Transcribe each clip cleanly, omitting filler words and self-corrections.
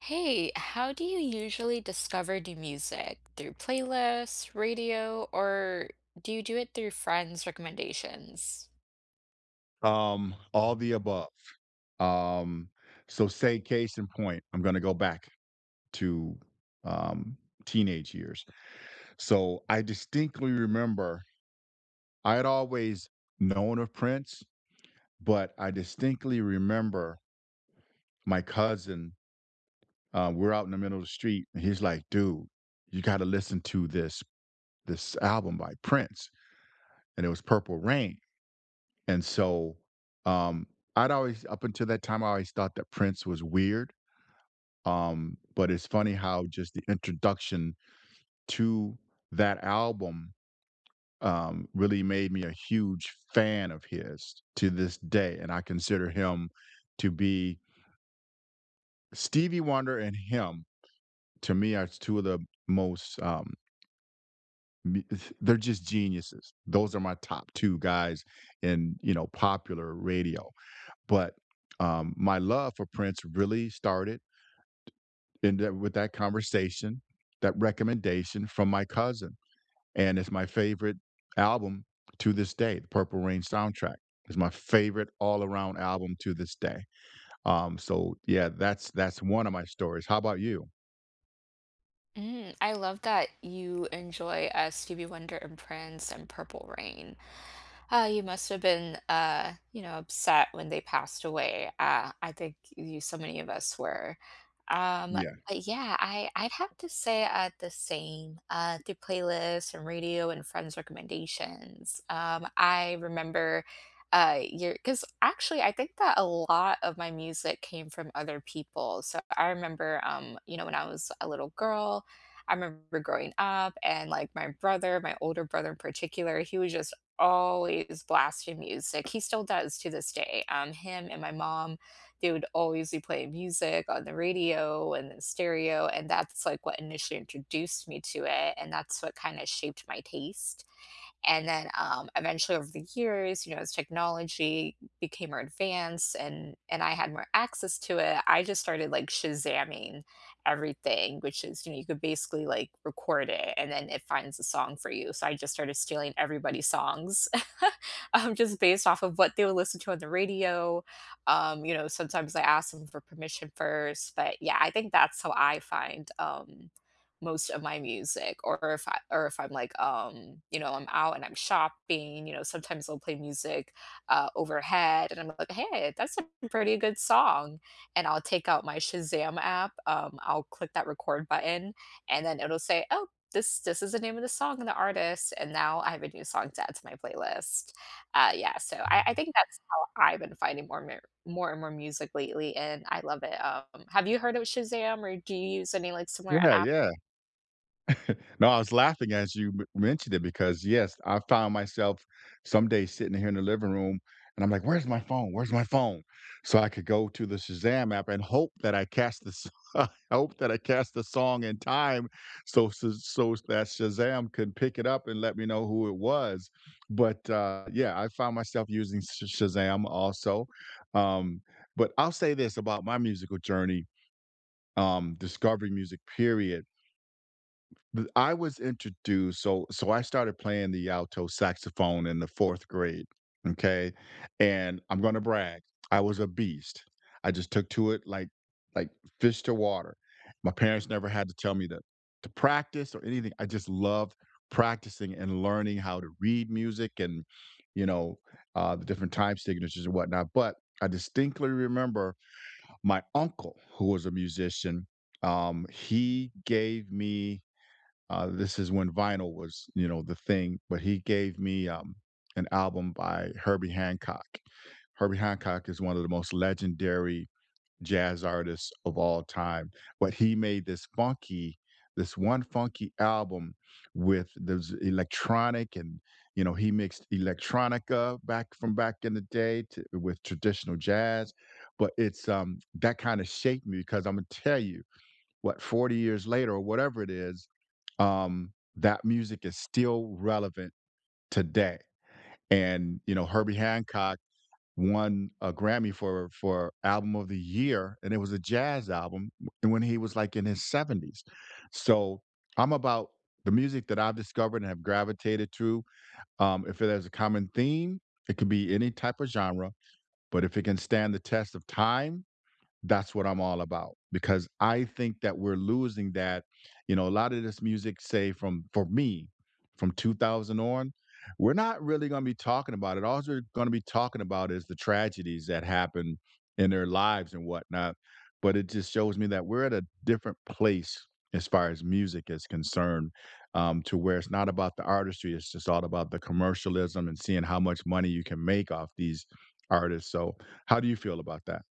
Hey, how do you usually discover new music? Through playlists, radio, or do you do it through friends' recommendations? All the above. Um, so say case in point, I'm gonna go back to, um, teenage years. So I distinctly remember I had always known of Prince, but I distinctly remember my cousin, we're out in the middle of the street, and he's like, "Dude, you gotta listen to this album by Prince," and it was Purple Rain. And so, um, I'd always up until that time, I always thought that Prince was weird. But it's funny how just the introduction to that album, really made me a huge fan of his to this day, and I consider him to be Stevie Wonder and him, to me, are 2 of the most, me they're just geniuses. Those are my top 2 guys in popular radio. But my love for Prince really started in that with that conversation, that recommendation from my cousin. And it's my favorite album to this day. The Purple Rain soundtrack is my favorite all around album to this day. So yeah, that's one of my stories. How about you? Mm, I love that you enjoy Stevie Wonder and Prince and Purple Rain. You must have been, upset when they passed away. I think so many of us were. Um, Yeah. but yeah, I'd have to say the same through playlists and radio and friends' recommendations. I remember because actually, I think that a lot of my music came from other people. So I remember, when I was a little girl. I remember growing up and like my brother, my older brother in particular, he was just always blasting music. He still does to this day. Him and my mom, they would always be playing music on the radio and the stereo. And that's like what initially introduced me to it. And that's what kind of shaped my taste. And then, eventually over the years, you know, as technology became more advanced and I had more access to it, I just started like Shazamming everything, which is, you know, you could basically like record it and then it finds a song for you. So I just started stealing everybody's songs, just based off of what they would listen to on the radio. You know, sometimes I ask them for permission first, but yeah, I think that's how I find most of my music, or if I'm like, I'm out and I'm shopping, you know, sometimes they'll play music overhead and I'm like, hey, that's a pretty good song. And I'll take out my Shazam app, I'll click that record button and then it'll say, oh, this is the name of the song and the artist. And now I have a new song to add to my playlist. Yeah, so I think that's how I've been finding more and more music lately, and I love it. Have you heard of Shazam or do you use any like similar Yeah, apps? yeah. No, I was laughing as you mentioned it because yes, I found myself some days sitting here in the living room and I'm like, where's my phone? Where's my phone? So I could go to the Shazam app and hope that I catch I hope that I catch the song in time so that Shazam could pick it up and let me know who it was. But yeah, I found myself using Shazam also. Um but I'll say this about my musical journey, discovering music period. Th I was introduced so I started playing the alto saxophone in the 4th grade. Okay. And I'm gonna brag, I was a beast. I just took to it like like fish to water. My parents never had to tell me to practice or anything. I just loved practicing and learning how to read music and, you know, the different time signatures and whatnot, but I distinctly remember my uncle, who was a musician. He gave me this is when vinyl was, you know, the thing, but he gave me an album by Herbie Hancock. Herbie Hancock is one of the most legendary jazz artists of all time, but he made this funky, this one funky album with this electronic, and you know he mixed electronica back from back in the day to, with traditional jazz, but it's that kind of shaped me because I'm gonna tell you what 40 years later or whatever it is, that music is still relevant today. And you know, Herbie Hancock won a Grammy for album of the year, and it was a jazz album when he was like in his seventies. So I'm about the music that I've discovered and have gravitated to. If it has a common theme, it could be any type of genre, but if it can stand the test of time, that's what I'm all about because I think that we're losing that. You know, a lot of this music, say from for me, from 2000 on, we're not really going to be talking about it. All we're going to be talking about is the tragedies that happen in their lives and whatnot. But it just shows me that we're at a different place as far as music is concerned, to where it's not about the artistry. It's just all about the commercialism and seeing how much money you can make off these artists. So how do you feel about that?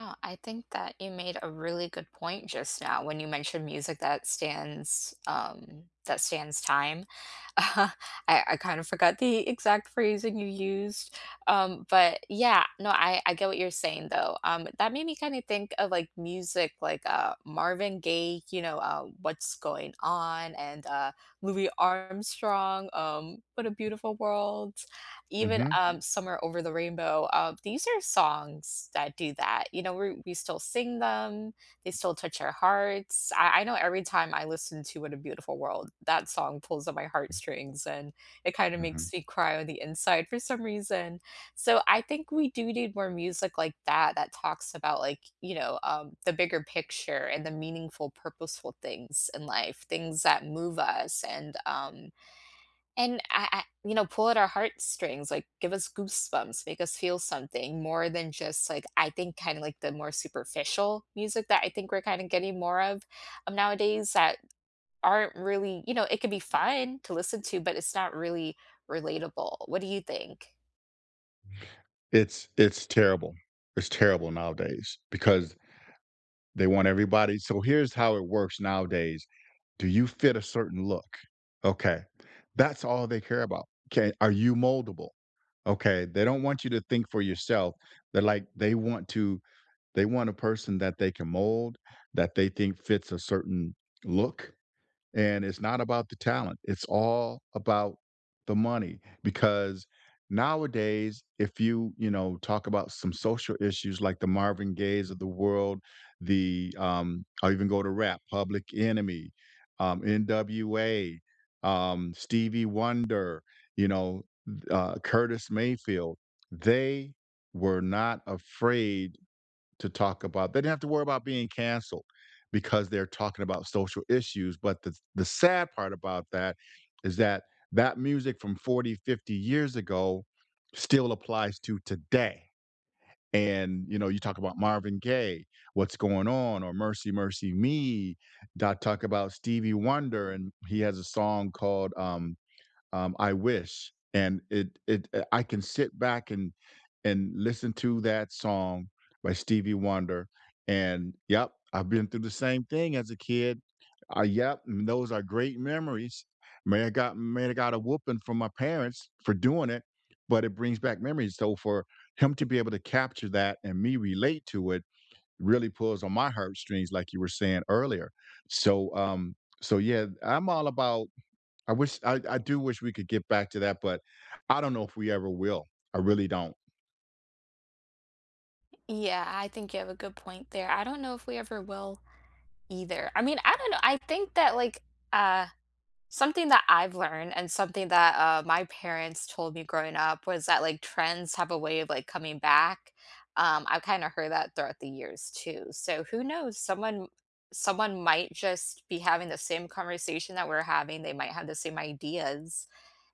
Oh, I think that you made a really good point just now when you mentioned music that stands time. I, I kind of forgot the exact phrasing you used, but yeah, no, I get what you're saying though. That made me kind of think of like music, like Marvin Gaye, you know, "What's Going On," and Louis Armstrong, "What a Beautiful World." Even, Mhm, "Somewhere Over the Rainbow," these are songs that do that, you know, we still sing them, they still touch our hearts. I know every time I listen to "What a Beautiful World," that song pulls at my heartstrings, and it kinda mhm. makes me cry on the inside for some reason. So, I think we do need more music like that, that talks about, like, the bigger picture and the meaningful, purposeful things in life, things that move us, and I you know, pull at our heartstrings, like give us goosebumps, make us feel something more than just like I think kind of like the more superficial music that I think we're kind of getting more of nowadays that aren't really, you know, it could be fun to listen to, but it's not really relatable. What do you think? It's terrible. It's terrible nowadays because they want everybody, so here's how it works nowadays. Do you fit a certain look? Okay. That's all they care about. Okay, are you moldable? Okay, they don't want you to think for yourself. They're like they want to. They want a person that they can mold, that they think fits a certain look, and it's not about the talent. It's all about the money because nowadays if you, you know, talk about some social issues like the Marvin Gayes of the world, the, I'll even go to rap, Public Enemy, NWA, Stevie Wonder, you know, Curtis Mayfield, they were not afraid to talk about. They didn't have to worry about being canceled because they're talking about social issues. But the sad part about that is that music from 40, 50 years ago still applies to today. And, you know, you talk about Marvin Gaye, What's Going On, or Mercy, Mercy Me. Dot talk about Stevie Wonder, and he has a song called I wish, and it I can sit back and listen to that song by Stevie Wonder, and yep, I've been through the same thing as a kid. Yep, and those are great memories. May I got a whooping from my parents for doing it, but it brings back memories. So for him to be able to capture that and me relate to it really pulls on my heartstrings, like you were saying earlier. So um, so yeah, I'm all about I wish I do wish we could get back to that, but I don't know if we ever will. I really don't. Yeah, I think you have a good point there. I don't know if we ever will either. I mean, I don't know. I think that like uh something that I've learned and something that my parents told me growing up was that like trends have a way of like coming back. I've kind of heard that throughout the years too. So who knows? Someone might just be having the same conversation that we're having. They might have the same ideas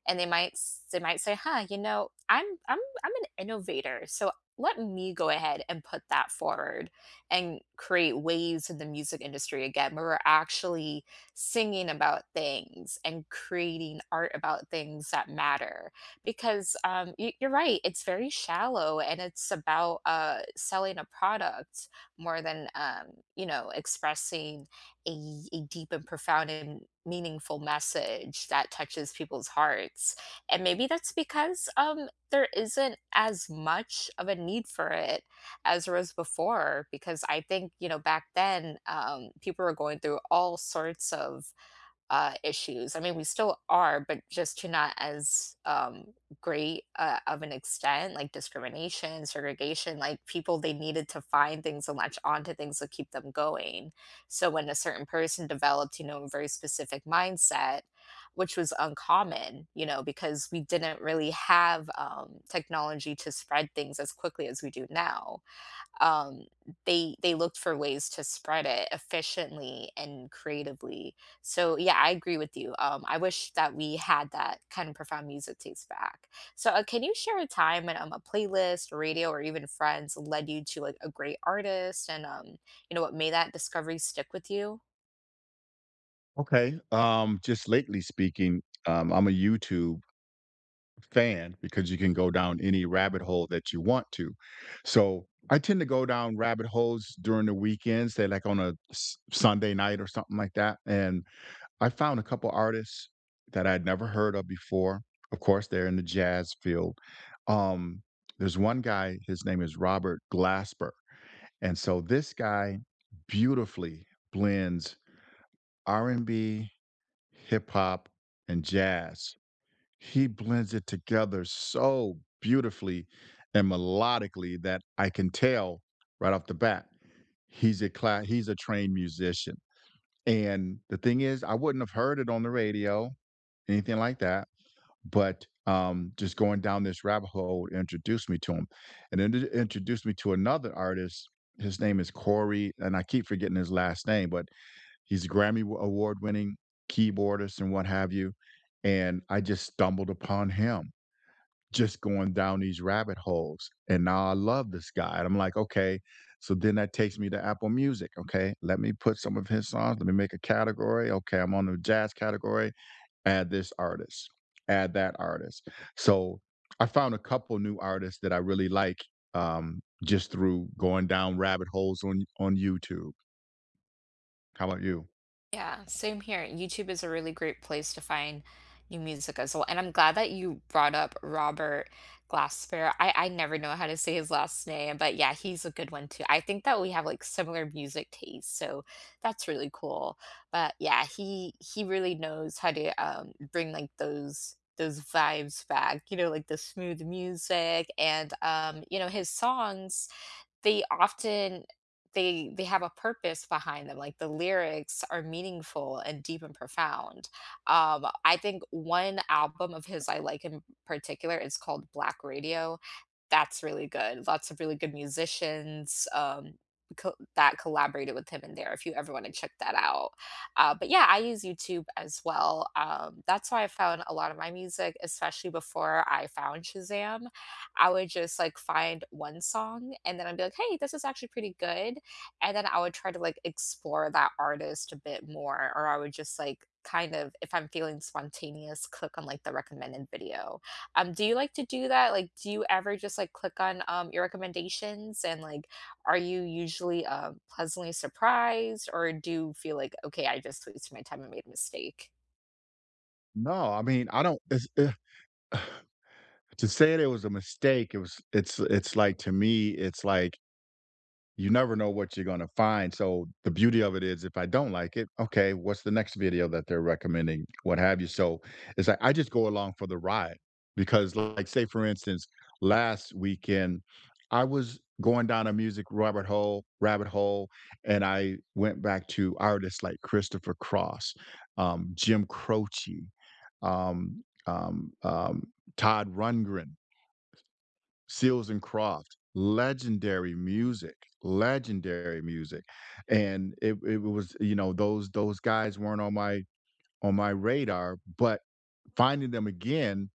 and they might say huh, you know, I'm an innovator, so let me go ahead and put that forward and create waves in the music industry again where we're actually singing about things and creating art about things that matter because you're right, it's very shallow and it's about selling a product more than you know, expressing a deep and profound and meaningful message that touches people's hearts. And maybe that's because, there isn't as much of a need for it as there was before, because I think, you know, back then, people were going through all sorts of issues. I mean, we still are, but just to not as great of an extent, like discrimination, segregation, like people, they needed to find things and latch onto things to keep them going. So when a certain person developed, you know, a very specific mindset, which was uncommon, you know, because we didn't really have technology to spread things as quickly as we do now, um, they looked for ways to spread it efficiently and creatively. So yeah, I agree with you. I wish that we had that kind of profound music taste back. So can you share a time when a playlist, radio, or even friends led you to like a great artist, and you know, what made that discovery stick with you? Okay. Just lately speaking, I'm a YouTube fan because you can go down any rabbit hole that you want to. So I tend to go down rabbit holes during the weekends, say like on a Sunday night or something like that. And I found a couple artists that I'd never heard of before. Of course, they're in the jazz field. Um, there's one guy, his name is Robert Glasper. And so this guy beautifully blends R&B, hip hop, and jazz. He blends it together so beautifully and melodically that I can tell right off the bat he's a trained musician. And the thing is, I wouldn't have heard it on the radio, anything like that, but just going down this rabbit hole introduced me to him, and then it introduced me to another artist. His name is Corey, and I keep forgetting his last name, but he's a Grammy award-winning keyboardist and what have you. And I just stumbled upon him, just going down these rabbit holes, and now I love this guy. And I'm like, okay, so then that takes me to Apple Music. Okay, let me put some of his songs. Let me make a category. Okay, I'm on the jazz category, add this artist, add that artist. So I found a couple new artists that I really like, just through going down rabbit holes on YouTube. How about you? Yeah, same here. YouTube is a really great place to find new music as well. And I'm glad that you brought up Robert Glasper. I never know how to say his last name, but yeah, he's a good one too. I think that we have like similar music tastes, so that's really cool. But yeah, he really knows how to bring like those vibes back, you know, like the smooth music and you know, his songs they often they they have a purpose behind them, like, the lyrics are meaningful and deep and profound. I think one album of his I like in particular is called Black Radio. That's really good. Lots of really good musicians, co that collaborated with him in there, if you ever wanna check that out. But yeah, I use YouTube as well. That's how I found a lot of my music, especially before I found Shazam. I would just like find one song and then I'd be like, hey, this is actually pretty good. And then I would try to like explore that artist a bit more, or I would just like kind of, if I'm feeling spontaneous, click on like the recommended video. Do you like to do that? Like, do you ever just like click on your recommendations and like, are you usually pleasantly surprised or do you feel like, okay, I just wasted my time and made a mistake? No, I mean I don't. To say it, it was a mistake. It was. It's. It's like to me, it's like you never know what you're going to find. So the beauty of it is if I don't like it, okay, what's the next video that they're recommending, what have you. So it's like I just go along for the ride because like say for instance, last weekend I was going down a music rabbit hole, and I went back to artists like Christopher Cross, Jim Croce, Todd Rundgren, Seals and Croft, legendary music, legendary music. And it was, you know, those guys weren't on my radar, but finding them again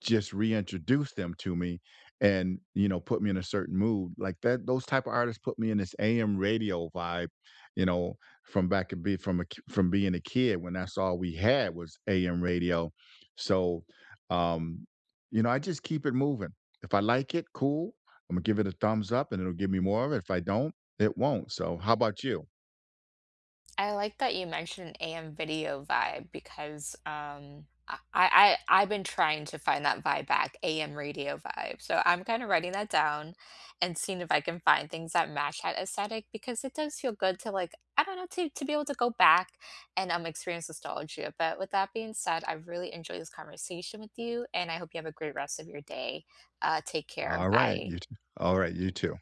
just reintroduced them to me, and you know put me in a certain mood like that. Those type of artists put me in this AM radio vibe, you know, from back and be from a, from being a kid when that's all we had was AM radio. So um you know I just keep it moving. If I like it, cool, I'm gonna give it a thumbs up and it'll give me more of it. If I don't, it won't. So how about you? I like that you mentioned AM video vibe because I've been trying to find that vibe back, AM radio vibe. So I'm kind of writing that down and seeing if I can find things that match that aesthetic because it does feel good to like, I don't know, to be able to go back and experience nostalgia. But with that being said, I really enjoyed this conversation with you and I hope you have a great rest of your day. Take care. All right, Bye. you too. All right, you too.